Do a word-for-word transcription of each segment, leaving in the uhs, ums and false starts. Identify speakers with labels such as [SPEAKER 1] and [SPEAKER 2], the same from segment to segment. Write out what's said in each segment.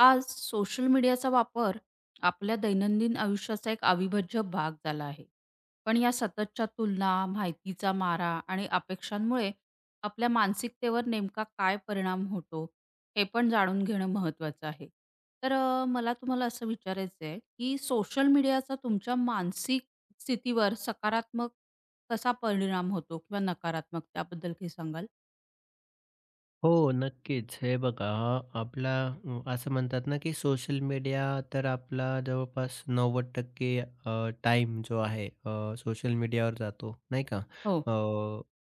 [SPEAKER 1] आज सोशल मीडियाचा वापर आपल्या दैनंदिन आयुष्याचा एक अविभाज्य भाग झाला आहे. पण या सततच्या तुलना, माहितीचा मारा आणि अपेक्षांमुळे आपल्या मानसिकतेवर नेमका काय परिणाम होतो, हे पण जाणून घेणं महत्त्वाचं आहे. तर अ, मला तुम्हाला असं विचारायचं आहे, की सोशल मीडियाचा तुमच्या मानसिक स्थितीवर सकारात्मक कसा परिणाम होतो किंवा नकारात्मक त्याबद्दल काही सांगाल?
[SPEAKER 2] हो, नक्कीच. हे बघा आपला अ, असं म्हणतात ना, की सोशल मीडिया तर आपला जवळपास नव्वद टक्के अ, टाइम जो आहे अ, सोशल मीडियावर जातो, नाही का?
[SPEAKER 1] हो.
[SPEAKER 2] अ,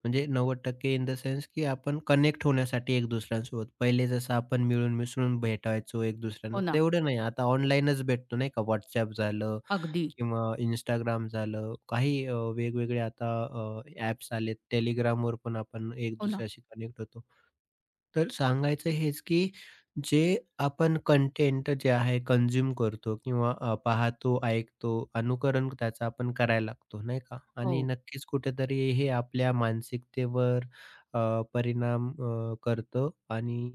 [SPEAKER 2] म्हणजे नव्वद टक्के इन द सेन्स, की आपण कनेक्ट होण्यासाठी एक दुसऱ्यांसोबत. पहिले जसं आपण मिळून मिसळून भेटायचो एक
[SPEAKER 1] हो
[SPEAKER 2] दुसऱ्यांना,
[SPEAKER 1] ना.
[SPEAKER 2] तेवढं नाही. आता ऑनलाईनच भेटतो, नाही का? WhatsApp झालं
[SPEAKER 1] अगदी.
[SPEAKER 2] किंवा इंस्टाग्राम झालं, काही अ, वेगवेगळे आता अ, ॲप्स आलेत. Telegramवर पण आपण एक
[SPEAKER 1] हो ना.
[SPEAKER 2] दुसऱ्याशी कनेक्ट होतो. तर सांगायचं हेच, की जे आपण कंटेंट जे आहे कंझ्युम करतो किंवा अ, पाहतो, ऐकतो, अनुकरण त्याचं आपण करायला लागतो, नाही का? आणि
[SPEAKER 1] हो,
[SPEAKER 2] नक्कीच कुठेतरी हे आपल्या मानसिकतेवर अ, परिणाम अ, करतं आणि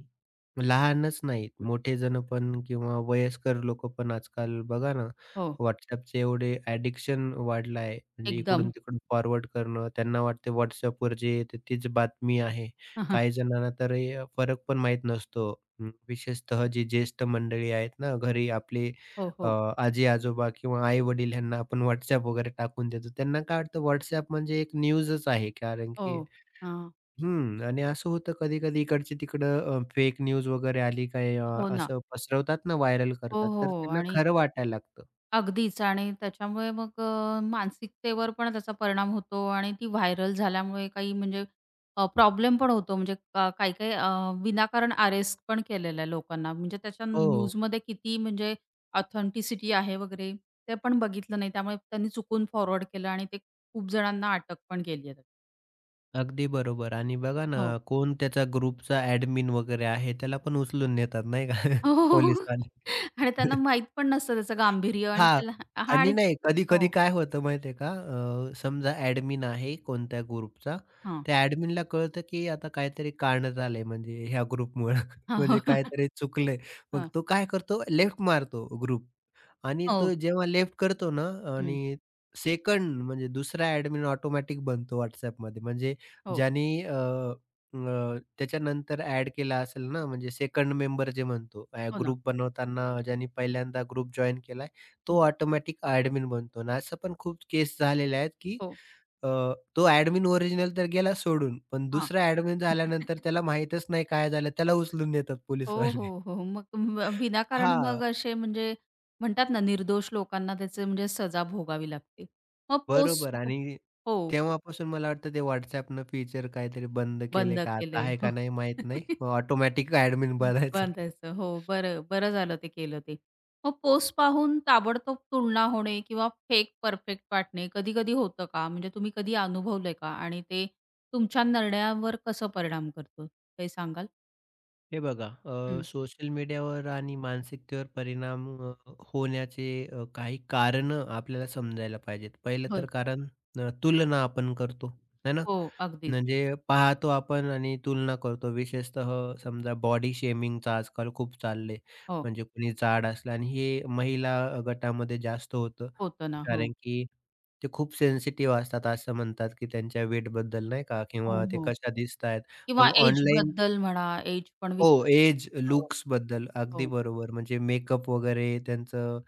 [SPEAKER 2] लहानच नाहीत, मोठे जण पण किंवा वयस्कर लोकं पण आजकाल बघा ना,
[SPEAKER 1] हो.
[SPEAKER 2] WhatsAppचे एवढे ॲडिक्शन वाढलं आहे. म्हणजे
[SPEAKER 1] एकदम.
[SPEAKER 2] इकडून-तिकडून फॉरवर्ड करणं. त्यांना वाटते WhatsAppवर जे येते तीच बातमी आहे. काही जणांना तर हे फरक पण माहीत नसतो. अं, विशेषतः जी ज्येष्ठ मंडळी आहेत ना, घरी आपले
[SPEAKER 1] हो,
[SPEAKER 2] अ,
[SPEAKER 1] हो.
[SPEAKER 2] आजी-आजोबा किंवा आई-वडील ह्यांना आपण WhatsApp वगैरे टाकून देतो. त्यांना काय वाटतं WhatsApp म्हणजे एक न्यूजच आहे कारण
[SPEAKER 1] हो.
[SPEAKER 2] की
[SPEAKER 1] हां.
[SPEAKER 2] हं. आणि असं होतं कधी-कधी इकडची-तिकडं फेक न्यूज वगैरे आली काय अ,
[SPEAKER 1] हो ना.
[SPEAKER 2] असं पसरवतात ना, व्हायरल
[SPEAKER 1] हो,
[SPEAKER 2] करतात. तर
[SPEAKER 1] हो.
[SPEAKER 2] त्यांना
[SPEAKER 1] आणि
[SPEAKER 2] खरं वाटायला लागतं.
[SPEAKER 1] अगदीच आणि त्याच्यामुळे मग अ, मानसिकतेवर पण त्याचा परिणाम होतो आणि ती व्हायरल झाल्यामुळे काही म्हणजे प्रॉब्लेम पण होतो. म्हणजे का काही-काही अ, विनाकारण अरेस्ट पण केलेलं आहे लोकांना. म्हणजे त्याच्या
[SPEAKER 2] हो.
[SPEAKER 1] न्यूजमध्ये किती म्हणजे ऑथेंटिसिटी आहे वगैरे ते पण बघितलं नाही. त्यामुळे त्यांनी चुकून फॉरवर्ड केलं आणि ते खूप जणांना अटक पण केली आहे.
[SPEAKER 2] अगदी बरोबर आणि बघा ना,
[SPEAKER 1] हो.
[SPEAKER 2] कोण त्याच्या ग्रुपचा ॲडमिन वगैरे आहे, त्याला पण उचलून नेतात नाही का
[SPEAKER 1] हो, हो, हो.
[SPEAKER 2] पोलिसवाले.
[SPEAKER 1] आणि त्यांना माहीत पण नसतं त्याचं गांभीर्य आणि
[SPEAKER 2] हां.
[SPEAKER 1] त्याला हां
[SPEAKER 2] आणि
[SPEAKER 1] आणि
[SPEAKER 2] नाही कधी-कधी
[SPEAKER 1] हो.
[SPEAKER 2] काय होतं माहिती आहे का, अ, समजा ॲडमिन आहे कोणत्या ग्रुपचा,
[SPEAKER 1] हां.
[SPEAKER 2] त्या ॲडमिनला कळतं की आता काहीतरी कांड झालंय म्हणजे ह्या ग्रुपमुळं
[SPEAKER 1] हां, हो.
[SPEAKER 2] म्हणजे काहीतरी चुकलंय. मग
[SPEAKER 1] हां.
[SPEAKER 2] तो काय करतो लेफ्ट मारतो ग्रुप. आणि
[SPEAKER 1] हो.
[SPEAKER 2] तो जेव्हा लेफ्ट करतो ना
[SPEAKER 1] हं.
[SPEAKER 2] आणि सेकंड म्हणजे दुसरा ॲडमिन ऑटोमॅटिक बनतो WhatsAppमध्ये. म्हणजे
[SPEAKER 1] हो,
[SPEAKER 2] ज्याने अ, अ, त्याच्यानंतर ॲड केला असेल ना, म्हणजे सेकंड मेंबर जे म्हणतो
[SPEAKER 1] हो ना.
[SPEAKER 2] ग्रुप बनवताना ज्याने पहिल्यांदा ग्रुप जॉइन केलाय, तो
[SPEAKER 1] हं.
[SPEAKER 2] ऑटोमॅटिक ॲडमिन बनतो आणि असं पण खूप केस झालेल्या आहेत, की
[SPEAKER 1] हो,
[SPEAKER 2] अ, तो ॲडमिन ओरिजिनल तर गेला सोडून, पण
[SPEAKER 1] हां.
[SPEAKER 2] दुसरा ॲडमिन झाल्यानंतर त्याला माहीतच नाही काय झालं, त्याला उचलून नेतात
[SPEAKER 1] हो,
[SPEAKER 2] पोलिसवाले.
[SPEAKER 1] हो, हो. मग ब विनाकारण
[SPEAKER 2] हां.
[SPEAKER 1] मग असे म्हणजे म्हणतात ना, निर्दोष लोकांना त्याचे म्हणजे सजा भोगावी लागते. मग
[SPEAKER 2] बरोबर
[SPEAKER 1] पोस्ट
[SPEAKER 2] आणि
[SPEAKER 1] हो,
[SPEAKER 2] तेव्हापासून मला वाटतं ते WhatsAppनं फीचर काहीतरी बंद
[SPEAKER 1] बंद
[SPEAKER 2] केले का आता
[SPEAKER 1] केलंय.
[SPEAKER 2] आहे
[SPEAKER 1] हो.
[SPEAKER 2] का नाही माहीत नाही. ऑटोमॅटिक ॲडमिन बनायचं.
[SPEAKER 1] बंदायचं. हो, बरं बरं झालं ते केलं ते. मग पोस्ट पाहून ताबडतोब तुलना होणे किंवा फेक परफेक्ट वाटणे कधी-कधी होतं का? म्हणजे तुम्ही कधी अनुभवलंय का? आणि ते तुमच्या निर्णयावर कसं परिणाम करतं? काही सांगाल?
[SPEAKER 2] हे बघा अ,
[SPEAKER 1] हं,
[SPEAKER 2] सोशल मीडियावर आणि मानसिकतेवर परिणाम अ, होण्याचे अ, काही कारणं आपल्याला समजायला पाहिजेत. पहिलं
[SPEAKER 1] बरं.
[SPEAKER 2] तर कारण अ, तुलना आपण करतो, है ना?
[SPEAKER 1] हो, अगदीच.
[SPEAKER 2] म्हणजे पाहतो आपण आणि तुलना करतो. विशेषतः समजा बॉडी शेमिंगचं आजकाल खूप चाललंय.
[SPEAKER 1] हो,
[SPEAKER 2] म्हणजे कोणी जाड असलं आणि हे महिला गटामध्ये जास्त होतं.
[SPEAKER 1] होतं ना. हो,
[SPEAKER 2] कारण की ते खूप सेन्सिटिव्ह असतात असं म्हणतात, की त्यांच्या वेटबद्दल नाही का
[SPEAKER 1] हो,
[SPEAKER 2] किंवा ते
[SPEAKER 1] हो.
[SPEAKER 2] कशा दिसतायत.
[SPEAKER 1] किंवा
[SPEAKER 2] मग ऑनलाईन
[SPEAKER 1] एजबद्दल म्हणा, एज पण
[SPEAKER 2] हो, एज,
[SPEAKER 1] विचारतात. हो,
[SPEAKER 2] लुक्स बद्दल अगदी
[SPEAKER 1] हो,
[SPEAKER 2] बरोबर. म्हणजे मेकअप वगैरे त्यांचं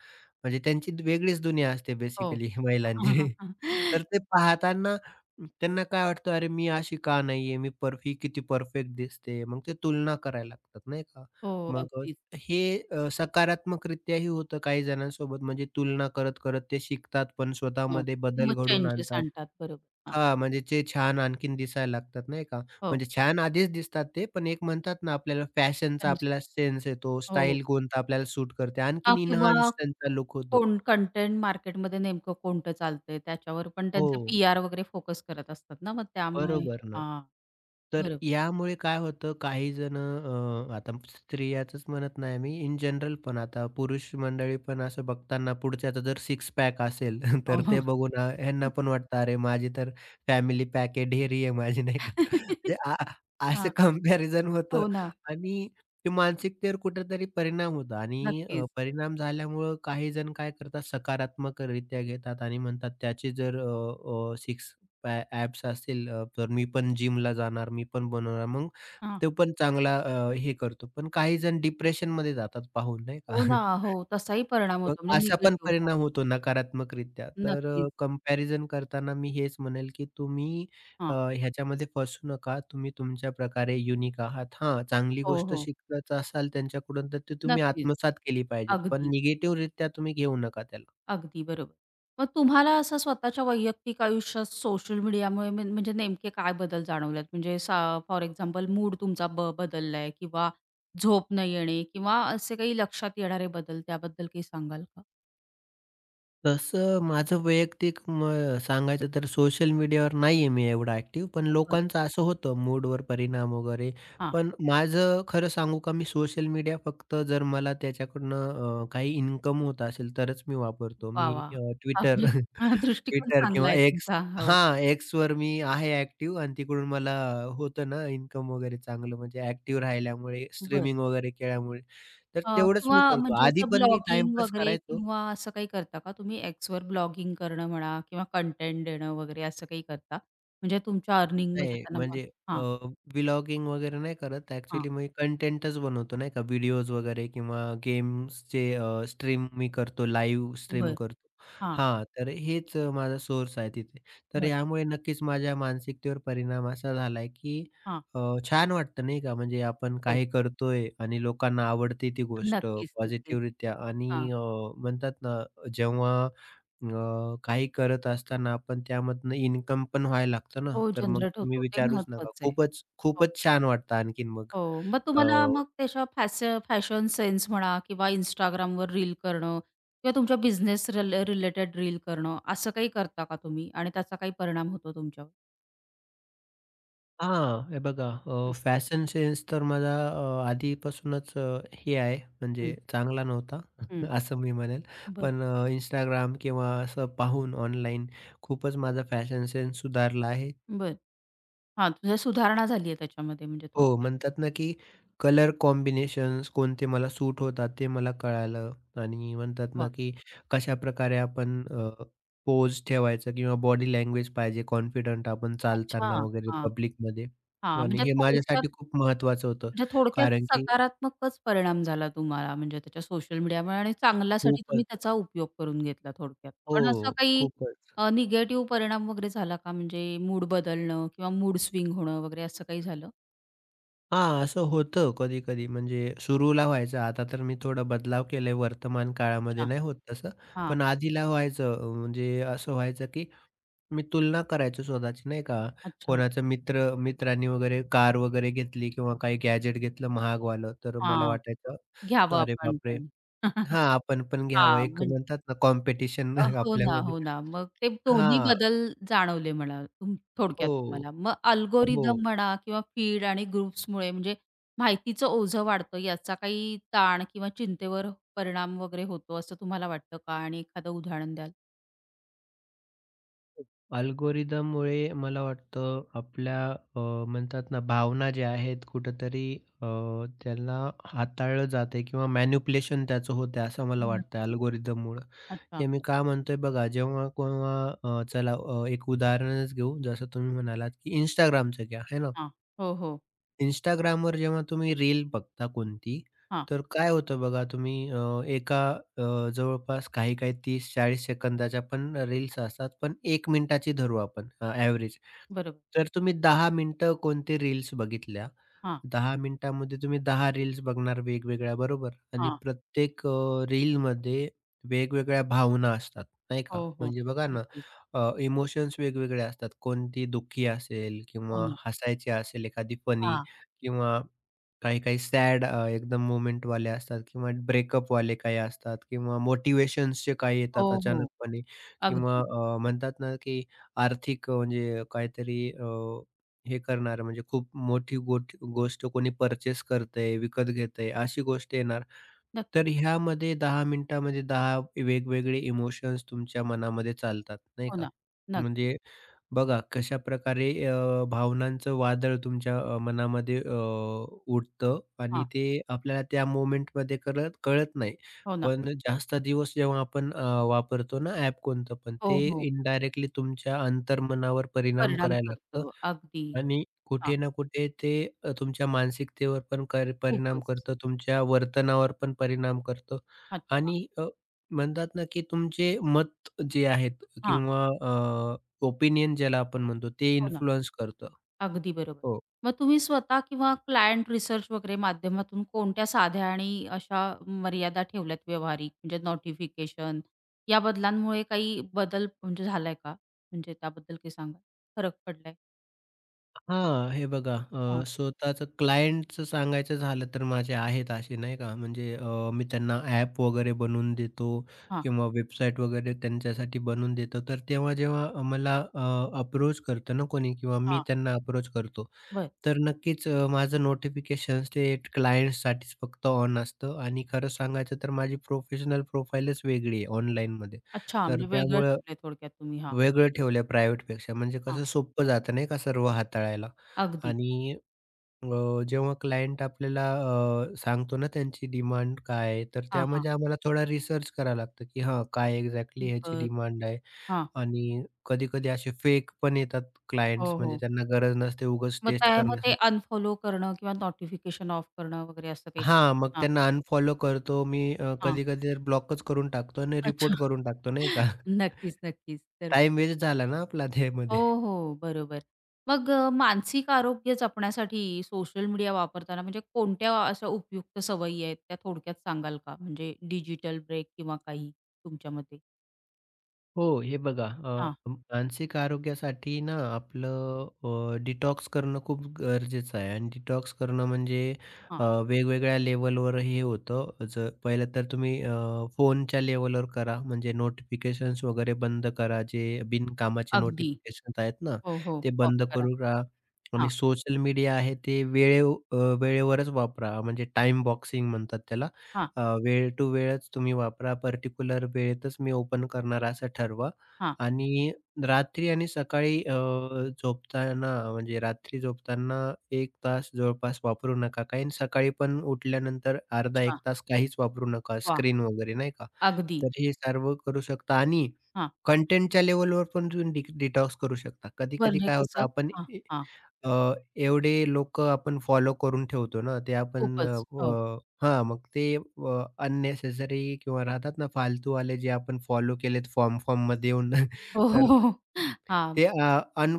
[SPEAKER 2] म्हणजे त्यांची द- वेगळीच दुनिया असते
[SPEAKER 1] हो.
[SPEAKER 2] बेसिकली महिलांची. तर ते पाहताना त्यांना काय वाटतं, "अरे, मी अशी का नाहीये? मी परफ किती परफेक्ट दिसते." मग ते तुलना करायला लागतात, नाही का?
[SPEAKER 1] हो,
[SPEAKER 2] मग अ,
[SPEAKER 1] अगदीच.
[SPEAKER 2] हे अ, सकारात्मकरित्याही होतं काही जणांसोबत. म्हणजे तुलना करत-करत ते शिकतात, पण
[SPEAKER 1] हो.
[SPEAKER 2] स्वतःमध्ये बदल
[SPEAKER 1] मग
[SPEAKER 2] घडवून
[SPEAKER 1] चेंजेस
[SPEAKER 2] आणतात.
[SPEAKER 1] आणतात. बरोबर. हां,
[SPEAKER 2] हां, म्हणजे ते छान आणखीन दिसायला लागतात नाही का?
[SPEAKER 1] हो.
[SPEAKER 2] म्हणजे छान आधीच दिसतात ते, पण एक म्हणतात ना आपल्याला फॅशनचा
[SPEAKER 1] चेंज
[SPEAKER 2] आपल्याला सेन्स येतो,
[SPEAKER 1] हो.
[SPEAKER 2] स्टाईल कोणता आपल्याला सूट करते,
[SPEAKER 1] हां,
[SPEAKER 2] आणखीन
[SPEAKER 1] किंवा
[SPEAKER 2] एन्हान्स त्यांचा लूक होतो.
[SPEAKER 1] कोण कंटेंट मार्केटमध्ये नेमकं कोणतं चालतंय त्याच्यावर पण त्यांचे
[SPEAKER 2] हो,
[SPEAKER 1] पी-आर वगैरे फोकस करत असतात ना मग त्यामुळे
[SPEAKER 2] बरोबर ना.
[SPEAKER 1] हां,
[SPEAKER 2] तर
[SPEAKER 1] बरोबर.
[SPEAKER 2] यामुळे काय होतं काही जण अ, आता स्त्रियाचंच म्हणत नाही मी इन जनरल पण आता पुरुष मंडळी पण असं बघताना पुढच्याचं जर सिक्स पॅक असेल
[SPEAKER 1] हो,
[SPEAKER 2] तर
[SPEAKER 1] हो.
[SPEAKER 2] ते बघून अ, ह्यांना पण वाटतं अरे माझी तर फॅमिली पॅक आहे ढेरी आहे माझी नाही का म्हणजे आ- असं
[SPEAKER 1] हां.
[SPEAKER 2] कम्पॅरिझन होतं
[SPEAKER 1] हो ना.
[SPEAKER 2] आणि ते मानसिकतेवर कुठेतरी परिणाम होतो आणि अ,
[SPEAKER 1] नक्कीच.
[SPEAKER 2] परिणाम झाल्यामुळं काही जण काय करतात सकारात्मक रित्या घेतात आणि म्हणतात त्याची जर सिक्स ॲ ॲप्स असतील अ, तर मी पण जिमला जाणार, मी पण बनवणार. मग
[SPEAKER 1] हां.
[SPEAKER 2] तो पण चांगला अ, हे करतो. पण काही जण डिप्रेशनमध्ये जातात पाहून नाही का?
[SPEAKER 1] हो ना, हो. तसाही परिणाम
[SPEAKER 2] मग
[SPEAKER 1] होतो म्हणजे
[SPEAKER 2] असा पण
[SPEAKER 1] निगेटिव्ह. हो,
[SPEAKER 2] परिणाम होतो नकारात्मकरित्या. तर
[SPEAKER 1] नक्कीच.
[SPEAKER 2] अ, करताना मी हेच म्हणेल, की तुम्ही अ,
[SPEAKER 1] हां.
[SPEAKER 2] ह्याच्यामध्ये फसू नका. तुम्ही तुमच्या प्रकारे युनिक आहात. हां, चांगली
[SPEAKER 1] हो,
[SPEAKER 2] गोष्ट
[SPEAKER 1] हो.
[SPEAKER 2] शिकत असाल त्यांच्याकडून तर ती तुम्ही
[SPEAKER 1] नक्कीच.
[SPEAKER 2] आत्मसात केली पाहिजेत. पण
[SPEAKER 1] अगदी,
[SPEAKER 2] निगेटिव्हरित्या तुम्ही घेऊ नका त्याला.
[SPEAKER 1] अगदी बरोबर. मग तुम्हाला असं स्वतःच्या वैयक्तिक आयुष्यात सोशल मीडियामुळे म्हण म्हणजे नेमके काय बदल जाणवलेत? म्हणजे सा फॉर एक्झाम्पल मूड तुमचा ब बदललाय किंवा झोप न येणे किंवा असे काही लक्षात येणारे बदल त्याबद्दल काही सांगाल का?
[SPEAKER 2] तसं माझं वैयक्तिक मग सांगायचं तर सोशल मीडियावर नाहीये मी एवढा ॲक्टिव्ह, पण
[SPEAKER 1] बरं.
[SPEAKER 2] लोकांचं असं होतं मूडवर परिणाम वगैरे.
[SPEAKER 1] हां.
[SPEAKER 2] पण माझं खरं सांगू का मी सोशल मीडिया फक्त जर मला त्याच्याकडनं अ, काही इन्कम होत असेल तरच मी वापरतो.
[SPEAKER 1] वाह!
[SPEAKER 2] मी
[SPEAKER 1] वाह!
[SPEAKER 2] अ, Twitter,
[SPEAKER 1] दृष्टिकोन
[SPEAKER 2] Twitter
[SPEAKER 1] चांगला
[SPEAKER 2] किंवा
[SPEAKER 1] आहे
[SPEAKER 2] X
[SPEAKER 1] तुमचा. हो.
[SPEAKER 2] हां, Xवर मी आहे ॲक्टिव्ह आणि तिकडून मला होतं ना इन्कम वगैरे चांगलं म्हणजे ॲक्टिव्ह राहिल्यामुळे,
[SPEAKER 1] बरं.
[SPEAKER 2] स्ट्रीमिंग वगैरे केल्यामुळे. तर
[SPEAKER 1] अ,
[SPEAKER 2] तेवढंच
[SPEAKER 1] किंवा
[SPEAKER 2] मी करतो.
[SPEAKER 1] म्हणजे
[SPEAKER 2] आधी
[SPEAKER 1] असं
[SPEAKER 2] पण मी
[SPEAKER 1] ब्लॉगिंग
[SPEAKER 2] टाईमपास
[SPEAKER 1] वगैरे
[SPEAKER 2] करायचो.
[SPEAKER 1] किंवा असं काही करता का तुम्ही Xवर ब्लॉगिंग करणं म्हणा किंवा कंटेंट देणं वगैरे असं काही करता? म्हणजे तुमच्या अर्निंगमध्ये
[SPEAKER 2] नाही,
[SPEAKER 1] त्यांना मग
[SPEAKER 2] म्हणजे अ,
[SPEAKER 1] हां,
[SPEAKER 2] व्लॉगिंग वगैरे नाही करत.
[SPEAKER 1] हां.
[SPEAKER 2] ॲक्चुअली मी कंटेंटच बनवतो नाही का, व्हिडिओज वगैरे किंवा गेम्सचे स्ट्रीम मी करतो, लाईव्ह स्ट्रीम
[SPEAKER 1] बरं.
[SPEAKER 2] करतो.
[SPEAKER 1] हां,
[SPEAKER 2] हां, तर हेच अ, माझा सोर्स आहे तिथे. तर
[SPEAKER 1] बरं.
[SPEAKER 2] यामुळे नक्कीच माझ्या मानसिकतेवर परिणाम असा झालाय, की
[SPEAKER 1] हां.
[SPEAKER 2] अ, छान वाटतं नाही का, म्हणजे आपण
[SPEAKER 1] हो.
[SPEAKER 2] काही करतोय आणि लोकांना आवडते ती गोष्ट
[SPEAKER 1] नक्कीच, नक्कीच.
[SPEAKER 2] पॉझिटिव्हरित्या
[SPEAKER 1] हां.
[SPEAKER 2] आणि अ, म्हणतात ना, जेव्हा अ, काही करत असताना आपण त्यामधनं इन्कम पण व्हायला लागतं ना,
[SPEAKER 1] हो,
[SPEAKER 2] तर मग
[SPEAKER 1] जनरेट
[SPEAKER 2] तुम्ही
[SPEAKER 1] होतो. ते
[SPEAKER 2] विचारूच नका.
[SPEAKER 1] महत्वाचं आहे.
[SPEAKER 2] खूपच,
[SPEAKER 1] हो,
[SPEAKER 2] खूपच छान वाटतं आणखीन मग.
[SPEAKER 1] हो. मग
[SPEAKER 2] अ,
[SPEAKER 1] तुम्हाला मग त्याच्या फॅस फॅशन सेन्स म्हणा किंवा Instagramवर रील करणं किंवा तुमच्या बिझनेस रिल रिलेटेड रील करणं असं काही करता का तुम्ही आणि त्याचा काही परिणाम होतो तुमच्यावर?
[SPEAKER 2] हां, हे बघा
[SPEAKER 1] हं,
[SPEAKER 2] फॅशन सेन्स तर माझा अ, आधीपासूनच अ, हे आहे म्हणजे
[SPEAKER 1] हं,
[SPEAKER 2] चांगला नव्हता
[SPEAKER 1] हं.
[SPEAKER 2] असं मी म्हणेल.
[SPEAKER 1] बरं,
[SPEAKER 2] पण अ, Instagram किंवा असं पाहून ऑनलाईन खूपच माझा फॅशन सेन्स सुधारला आहे.
[SPEAKER 1] बरं. हां, तुझ्या सुधारणा झाली आहे त्याच्यामध्ये म्हणजे
[SPEAKER 2] हो,
[SPEAKER 1] थोडक्यात.
[SPEAKER 2] म्हणतात ना, की कलर कॉम्बिनेशन्स कोणते मला सूट होतात ते मला कळालं आणि म्हणतात
[SPEAKER 1] वाह!
[SPEAKER 2] ना, की कशाप्रकारे आपण अ, पोज ठेवायचं किंवा बॉडी लँग्वेज पाहिजे कॉन्फिडंट आपण
[SPEAKER 1] अच्छा.
[SPEAKER 2] चालताना वगैरे
[SPEAKER 1] हां,
[SPEAKER 2] पब्लिकमध्ये
[SPEAKER 1] हां.
[SPEAKER 2] आणि
[SPEAKER 1] म्हणजे
[SPEAKER 2] हे
[SPEAKER 1] थोडक्यात
[SPEAKER 2] माझ्यासाठी खूप महत्त्वाचं होतं.
[SPEAKER 1] म्हणजे थोडक्यात
[SPEAKER 2] कारण की
[SPEAKER 1] सकारात्मकच परिणाम झाला तुम्हाला म्हणजे त्याच्या सोशल मीडियामुळे आणि चांगल्यासाठी तुम्ही
[SPEAKER 2] खूपच
[SPEAKER 1] त्याचा उपयोग करून घेतला थोडक्यात. पण असं
[SPEAKER 2] हो,
[SPEAKER 1] काही
[SPEAKER 2] खूपच.
[SPEAKER 1] अ, निगेटिव्ह परिणाम वगैरे झाला का? म्हणजे मूड बदलणं किंवा मूड स्विंग होणं वगैरे असं काही झालं?
[SPEAKER 2] हां, असं होतं कधी-कधी म्हणजे सुरूला व्हायचं. आता तर मी थोडा बदलाव केलाय वर्तमान काळामध्ये
[SPEAKER 1] अच्छा.
[SPEAKER 2] नाही होत तसं.
[SPEAKER 1] हां.
[SPEAKER 2] पण आधीला व्हायचं म्हणजे असं व्हायचं, की मी तुलना करायचो स्वतःची नाही का.
[SPEAKER 1] अच्छा.
[SPEAKER 2] कोणाचा मित्र मित्रांनी वगैरे कार वगैरे घेतली किंवा काही गॅजेट घेतलं महागवालं, तर मला
[SPEAKER 1] हां.
[SPEAKER 2] वाटायचं
[SPEAKER 1] घ्यावं
[SPEAKER 2] अरे
[SPEAKER 1] आपण
[SPEAKER 2] बापरे!
[SPEAKER 1] पण.
[SPEAKER 2] हां, आपण पण घ्यावं.
[SPEAKER 1] हां.
[SPEAKER 2] एक
[SPEAKER 1] म्हणजे
[SPEAKER 2] म्हणतात ना कॉम्पिटिशन
[SPEAKER 1] अ, हो ना,
[SPEAKER 2] आपल्यामध्ये.
[SPEAKER 1] हो ना. मग ते दोन्ही
[SPEAKER 2] हां.
[SPEAKER 1] बदल जाणवले मला तुम थोडक्यात
[SPEAKER 2] हो,
[SPEAKER 1] तुम्हाला. मग
[SPEAKER 2] हो.
[SPEAKER 1] अल्गोरिदम म्हणा किंवा फीड आणि ग्रुप्समुळे म्हणजे माहितीचं ओझं वाढतं याचा काही ताण किंवा चिंतेवर परिणाम वगैरे होतो असं तुम्हाला वाटतं का? आणि एखादं उदाहरण द्याल?
[SPEAKER 2] अल्गोरिदममुळे मला वाटतं आपल्या अ, म्हणतात ना भावना ज्या आहेत कुठेतरी अ, त्यांना हाताळलं जातंय किंवा मॅनिप्युलेशन त्याचं होतंय असं मला वाटतं
[SPEAKER 1] नक्कीच.
[SPEAKER 2] अल्गोरिदममुळं.
[SPEAKER 1] अच्छा.
[SPEAKER 2] हे मी का म्हणतोय बघा, जेव्हा केव्हा अ, चला अ, एक उदाहरणच घेऊ. जसं तुम्ही म्हणालात, की Instagramचं घ्या, आहे ना.
[SPEAKER 1] हां. हो, हो.
[SPEAKER 2] Instagramवर जेव्हा तुम्ही रील बघता कोणती,
[SPEAKER 1] हां.
[SPEAKER 2] तर काय होतं बघा, तुम्ही अ, एका अ, जवळपास काही-काही तीस चाळीस सेकंदाच्या पण रील्स असतात, पण एक मिनिटाची धरू आपण ॲव्हरेज.
[SPEAKER 1] बरोबर.
[SPEAKER 2] तर तुम्ही दहा मिनिटं कोणती रील्स बघितल्या
[SPEAKER 1] हां,
[SPEAKER 2] दहा मिनिटामध्ये तुम्ही दहा रील्स बघणार वेगवेगळ्या, बरोबर? आणि
[SPEAKER 1] हां.
[SPEAKER 2] प्रत्येक अ, रीलमध्ये वेगवेगळ्या भावना असतात, नाही का?
[SPEAKER 1] हो, हो.
[SPEAKER 2] म्हणजे बघा ना,
[SPEAKER 1] नक्कीच.
[SPEAKER 2] इमोशन्स वेगवेगळे असतात. कोणती दुःखी असेल
[SPEAKER 1] हो
[SPEAKER 2] किंवा
[SPEAKER 1] ना.
[SPEAKER 2] हसायची असेल, एखादी फनी
[SPEAKER 1] हां.
[SPEAKER 2] किंवा काही-काही सॅड अ, एकदम मोमेंटवाले असतात किंवा ब्रेकअपवाले काही असतात किंवा मोटिव्हेशन्सचे काही येतात
[SPEAKER 1] हो, हो.
[SPEAKER 2] अचानकपणे किंवा
[SPEAKER 1] अगदी.
[SPEAKER 2] अ, म्हणतात ना, की आर्थिक अ, म्हणजे काहीतरी हे करणारं म्हणजे खूप मोठी गोट गोष्ट कोणी पर्चेस करतंय, विकत घेतंय अशी गोष्ट येणार.
[SPEAKER 1] नक्कीच.
[SPEAKER 2] तर ह्यामध्ये दहा मिनिटामध्ये दहा वेगवेगळे इमोशन्स तुमच्या मनामध्ये चालतात, नाही
[SPEAKER 1] हो
[SPEAKER 2] का?
[SPEAKER 1] ना. नक्कीच.
[SPEAKER 2] म्हणजे बघा कशाप्रकारे अ, भावनांचं वादळ तुमच्या अ, मनामध्ये अ, उठतं आणि
[SPEAKER 1] हां.
[SPEAKER 2] ते आपल्याला त्या मोमेंटमध्ये करत कळत नाही.
[SPEAKER 1] हो ना.
[SPEAKER 2] पण जास्त दिवस जेव्हा आपण अ, वापरतो ना ॲप कोणतं पण,
[SPEAKER 1] हो,
[SPEAKER 2] ते
[SPEAKER 1] हो.
[SPEAKER 2] इनडायरेक्टली तुमच्या अंतर्मनावर परिणाम
[SPEAKER 1] परिणाम
[SPEAKER 2] करायला लागतं.
[SPEAKER 1] करतो. अगदी.
[SPEAKER 2] आणि कुठे ना कुठे ते अ, तुमच्या मानसिकतेवर पण कर परिणाम
[SPEAKER 1] खूपच.
[SPEAKER 2] करतं, तुमच्या वर्तनावर पण परिणाम करतं
[SPEAKER 1] अच्छा.
[SPEAKER 2] आणि अ, म्हणतात ना, की तुमचे मत जे आहेत
[SPEAKER 1] हां.
[SPEAKER 2] किंवा अ, ओपिनियन ज्याला आपण म्हणतो ते
[SPEAKER 1] हो ना.
[SPEAKER 2] इन्फ्लुअन्स करतं.
[SPEAKER 1] अगदी बरोबर.
[SPEAKER 2] हो.
[SPEAKER 1] मग तुम्ही स्वतः किंवा क्लायंट रिसर्च वगैरे माध्यमातून कोणत्या साध्या आणि अशा मर्यादा ठेवल्यात व्यावहारिक म्हणजे नोटिफिकेशन या बदलांमुळे काही बदल म्हणजे झालाय का? म्हणजे त्याबद्दल काही सांगा? फरक पडलाय?
[SPEAKER 2] हां, हे बघा
[SPEAKER 1] हां,
[SPEAKER 2] अ, स्वतःचं क्लायंटचं सांगायचं झालं तर माझे आहेत असे नाही का, म्हणजे अ, मी त्यांना ॲप वगैरे बनवून देतो
[SPEAKER 1] हां,
[SPEAKER 2] किंवा वेबसाईट वगैरे त्यांच्यासाठी बनवून देतो. तर तेव्हा जेव्हा मला अप्रोच करतं ना कोणी किंवा मी
[SPEAKER 1] हां.
[SPEAKER 2] त्यांना अप्रोच करतो,
[SPEAKER 1] बरं.
[SPEAKER 2] तर नक्कीच अ, माझं नोटिफिकेशन्स ते क्लायंट्ससाठीच फक्त ऑन असतं आणि खरं सांगायचं तर माझी प्रोफेशनल प्रोफाईलच वेगळी आहे ऑनलाईनमध्ये.
[SPEAKER 1] अच्छा
[SPEAKER 2] तर
[SPEAKER 1] म्हणजे वेगळं
[SPEAKER 2] त्यामुळं
[SPEAKER 1] ठेवलंय थोडक्यात तुम्ही. हां,
[SPEAKER 2] वेगळं ठेवलंय प्रायव्हेटपेक्षा म्हणजे
[SPEAKER 1] हां.
[SPEAKER 2] कसं सोपं जातं नाही का सर्व हाताळायला
[SPEAKER 1] अगदी.
[SPEAKER 2] आणि अ, जेव्हा क्लायंट आपल्याला अ, सांगतो ना त्यांची डिमांड काय आहे, तर
[SPEAKER 1] हां, हां.
[SPEAKER 2] त्यामध्ये आम्हाला थोडा रिसर्च करावा लागतो, की हां, काय एक्झॅक्टली ह्याची
[SPEAKER 1] बरं.
[SPEAKER 2] डिमांड आहे
[SPEAKER 1] हां.
[SPEAKER 2] आणि कधी-कधी असे फेक पण येतात क्लायंट्स
[SPEAKER 1] हो,
[SPEAKER 2] म्हणजे
[SPEAKER 1] हो.
[SPEAKER 2] त्यांना गरज नसते उगाच
[SPEAKER 1] मग
[SPEAKER 2] टेस्ट
[SPEAKER 1] त्या मग ते
[SPEAKER 2] करण्यासाठी.
[SPEAKER 1] अनफॉलो करणं किंवा नोटिफिकेशन ऑफ करणं वगैरे असं काही?
[SPEAKER 2] हां, मग
[SPEAKER 1] हां,
[SPEAKER 2] त्यांना अनफॉलो करतो मी
[SPEAKER 1] हां.
[SPEAKER 2] कधी-कधी तर ब्लॉकच करून टाकतो आणि
[SPEAKER 1] अच्छा.
[SPEAKER 2] रिपोर्ट करून टाकतो नाही का.
[SPEAKER 1] नक्कीच, नक्कीच. तर
[SPEAKER 2] टाईम वेस्ट झाला ना आपला
[SPEAKER 1] हो,
[SPEAKER 2] त्यामध्ये.
[SPEAKER 1] हो, बरोबर. मग अ, मानसिक आरोग्य जपण्यासाठी सोशल मीडिया वापरताना म्हणजे कोणत्या अशा उपयुक्त सवयी आहेत, त्या थोडक्यात सांगाल का? म्हणजे डिजिटल ब्रेक किंवा काही तुमच्या मते?
[SPEAKER 2] हो, हे बघा
[SPEAKER 1] हां,
[SPEAKER 2] अ, मानसिक आरोग्यासाठी ना आपलं अ, डिटॉक्स करणं खूप गरजेचं आहे आणि डिटॉक्स करणं म्हणजे
[SPEAKER 1] हां.
[SPEAKER 2] अ, वेगवेगळ्या लेव्हलवर हे होतं. जर पहिलं तर तुम्ही अ, फोनच्या लेव्हलवर करा, म्हणजे नोटिफिकेशन्स वगैरे बंद करा. जे बिनकामाचे
[SPEAKER 1] अगदी.
[SPEAKER 2] नोटिफिकेशन्स आहेत ना,
[SPEAKER 1] हो, हो.
[SPEAKER 2] ते
[SPEAKER 1] ऑफ
[SPEAKER 2] बंद
[SPEAKER 1] करा.
[SPEAKER 2] करून राहा
[SPEAKER 1] हां,
[SPEAKER 2] आणि सोशल मीडिया आहे ते वेळेव अ, वेळेवरच वापरा, म्हणजे टाईम बॉक्सिंग म्हणतात त्याला.
[SPEAKER 1] हां,
[SPEAKER 2] अ, वेळ टू वेळच तुम्ही वापरा, पर्टिक्युलर वेळेतच मी ओपन करणार असं ठरवा
[SPEAKER 1] हां.
[SPEAKER 2] आणि रात्री आणि सकाळी अ, झोपताना म्हणजे रात्री झोपताना एक तास जवळपास वापरू नका. काही आणि सकाळी पण उठल्यानंतर अर्धा
[SPEAKER 1] अच्छा.
[SPEAKER 2] एक तास काहीच वापरू नका,
[SPEAKER 1] वा,
[SPEAKER 2] स्क्रीन वगैरे नाही का?
[SPEAKER 1] अगदी.
[SPEAKER 2] तर हे सर्व करू शकता आणि
[SPEAKER 1] हां.
[SPEAKER 2] कंटेंटच्या लेव्हलवर पण तुम्ही डि डिटॉक्स करू शकता. कधी-कधी
[SPEAKER 1] म्हणजे
[SPEAKER 2] काय होतं
[SPEAKER 1] कसं?
[SPEAKER 2] आपण
[SPEAKER 1] हां,
[SPEAKER 2] ए
[SPEAKER 1] हां.
[SPEAKER 2] अ, एवढे लोकं आपण फॉलो करून ठेवतो ना, ते आपण अ,
[SPEAKER 1] खूपच. हो.
[SPEAKER 2] व हां, मग ते अ, अननेसेसरी किंवा राहतात ना फालतूवाले जे आपण फॉलो केलेत फॉर्म-फॉर्ममध्ये येऊन
[SPEAKER 1] हो, हो,
[SPEAKER 2] तर
[SPEAKER 1] हो. हां.
[SPEAKER 2] ते अ,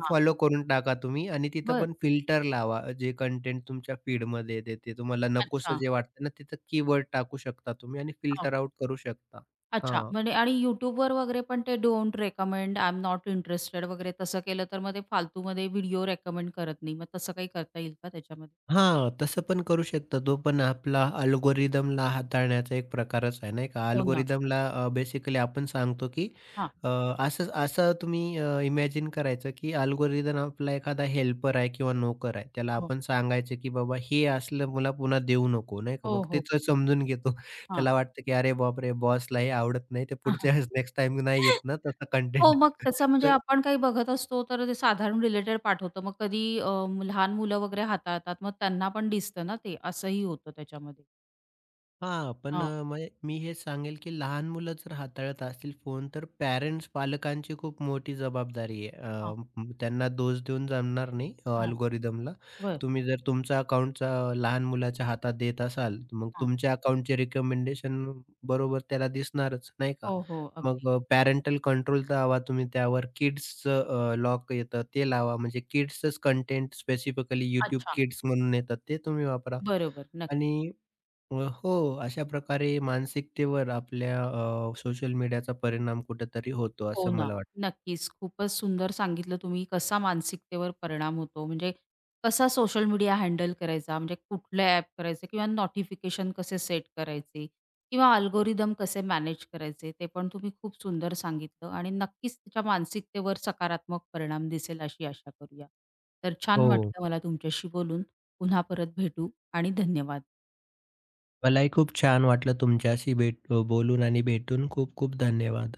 [SPEAKER 1] हां.
[SPEAKER 2] करून टाका तुम्ही आणि तिथं
[SPEAKER 1] बरं.
[SPEAKER 2] पण फिल्टर लावा. जे कंटेंट तुमच्या फीडमध्ये येते, ते तुम्हाला नकोसं
[SPEAKER 1] अच्छा.
[SPEAKER 2] जे वाटतं ना, तिथं कीवर्ड टाकू शकता तुम्ही आणि फिल्टर आउट करू शकता.
[SPEAKER 1] अच्छा.
[SPEAKER 2] हां.
[SPEAKER 1] म्हणजे आणि YouTubeवर वगैरे पण ते don't recommend, I am not interested वगैरे तसं केलं तर मग ते फालतूमध्ये व्हिडिओ रेकमेंड करत नाही. मग तसं काही करता येईल का त्याच्यामध्ये?
[SPEAKER 2] हां, तसं पण करू शकतो. तो पण आपला अल्गोरिदमला हाताळण्याचा एक प्रकारच आहे, नाही का?
[SPEAKER 1] हो ना.
[SPEAKER 2] अल्गोरिदमला अ, बेसिकली आपण सांगतो, की
[SPEAKER 1] हां.
[SPEAKER 2] अ, असं असं तुम्ही अ, इमॅजिन करायचं, की अल्गोरिदम आपला एखादा हेल्पर आहे किंवा नोकर आहे. त्याला
[SPEAKER 1] हो.
[SPEAKER 2] आपण सांगायचं, की "बाबा हे असलं मला पुन्हा देऊ नको." नाही का?
[SPEAKER 1] हो,
[SPEAKER 2] मग ते
[SPEAKER 1] हो.
[SPEAKER 2] तो समजून घेतो.
[SPEAKER 1] हां.
[SPEAKER 2] त्याला वाटतं, की "अरे बापरे! बॉसला हे आवडत नाही, ते पुढच्या वेळेस नेक्स्ट टाईम नाही येत ना तसा
[SPEAKER 1] हो,
[SPEAKER 2] कंटेंट."
[SPEAKER 1] मग तसं म्हणजे आपण काही बघत असतो तर ते साधारण रिलेटेड पाठवतो. मग कधी अ, लहान मुलं वगैरे हाताळतात मग त्यांना पण दिसतं ना ते, असंही होतं त्याच्यामध्ये.
[SPEAKER 2] हां, पण
[SPEAKER 1] हां,
[SPEAKER 2] अ, मग मी हे सांगेल, की लहान मुलं जर हाताळत असतील फोन, तर पॅरेंट्स, पालकांची खूप मोठी जबाबदारी आहे.
[SPEAKER 1] हां,
[SPEAKER 2] अ, म त्यांना दोष देऊन जमणार नाही अ,
[SPEAKER 1] हां.
[SPEAKER 2] अल्गोरिदमला.
[SPEAKER 1] बरं.
[SPEAKER 2] तुम्ही जर तुमचा अकाउंटचा लहान मुलाच्या हातात देत असाल, तर मग
[SPEAKER 1] हां.
[SPEAKER 2] तुमच्या अकाउंटचे रिकमेंडेशन बरोबर त्याला दिसणारच, नाही का?
[SPEAKER 1] हो, हो. अगदी.
[SPEAKER 2] मग पॅरेंटल कंट्रोल लावा तुम्ही त्यावर. किड्सचं लॉक येतं ते लावा. म्हणजे किड्सचंच कंटेंट स्पेसिफिकली YouTube
[SPEAKER 1] अच्छा.
[SPEAKER 2] Kids म्हणून येतात, ते तुम्ही वापरा
[SPEAKER 1] बरोबर. नक्की.
[SPEAKER 2] आणि अ, हो, अशा प्रकारे मानसिकतेवर आपल्या अ, सोशल मीडियाचा परिणाम कुठेतरी होतो,
[SPEAKER 1] हो
[SPEAKER 2] असं
[SPEAKER 1] ना.
[SPEAKER 2] मला वाटतं.
[SPEAKER 1] नक्कीच. खूपच सुंदर सांगितलं तुम्ही कसा मानसिकतेवर परिणाम होतो. म्हणजे कसा सोशल मीडिया हँडल करायचा, म्हणजे कुठले ॲप करायचे किंवा नोटिफिकेशन कसे सेट करायचे किंवा अल्गोरिदम कसे मॅनेज करायचे, ते पण तुम्ही खूप सुंदर सांगितलं आणि नक्कीच तिच्या मानसिकतेवर सकारात्मक परिणाम दिसेल अशी आशा करूया. तर छान
[SPEAKER 2] हो,
[SPEAKER 1] वाटलं मला तुमच्याशी बोलून. पुन्हा परत भेटू आणि धन्यवाद.
[SPEAKER 2] मलाही खूप छान वाटलं तुमच्याशी भेट बोलून आणि भेटून. खूप खूप धन्यवाद.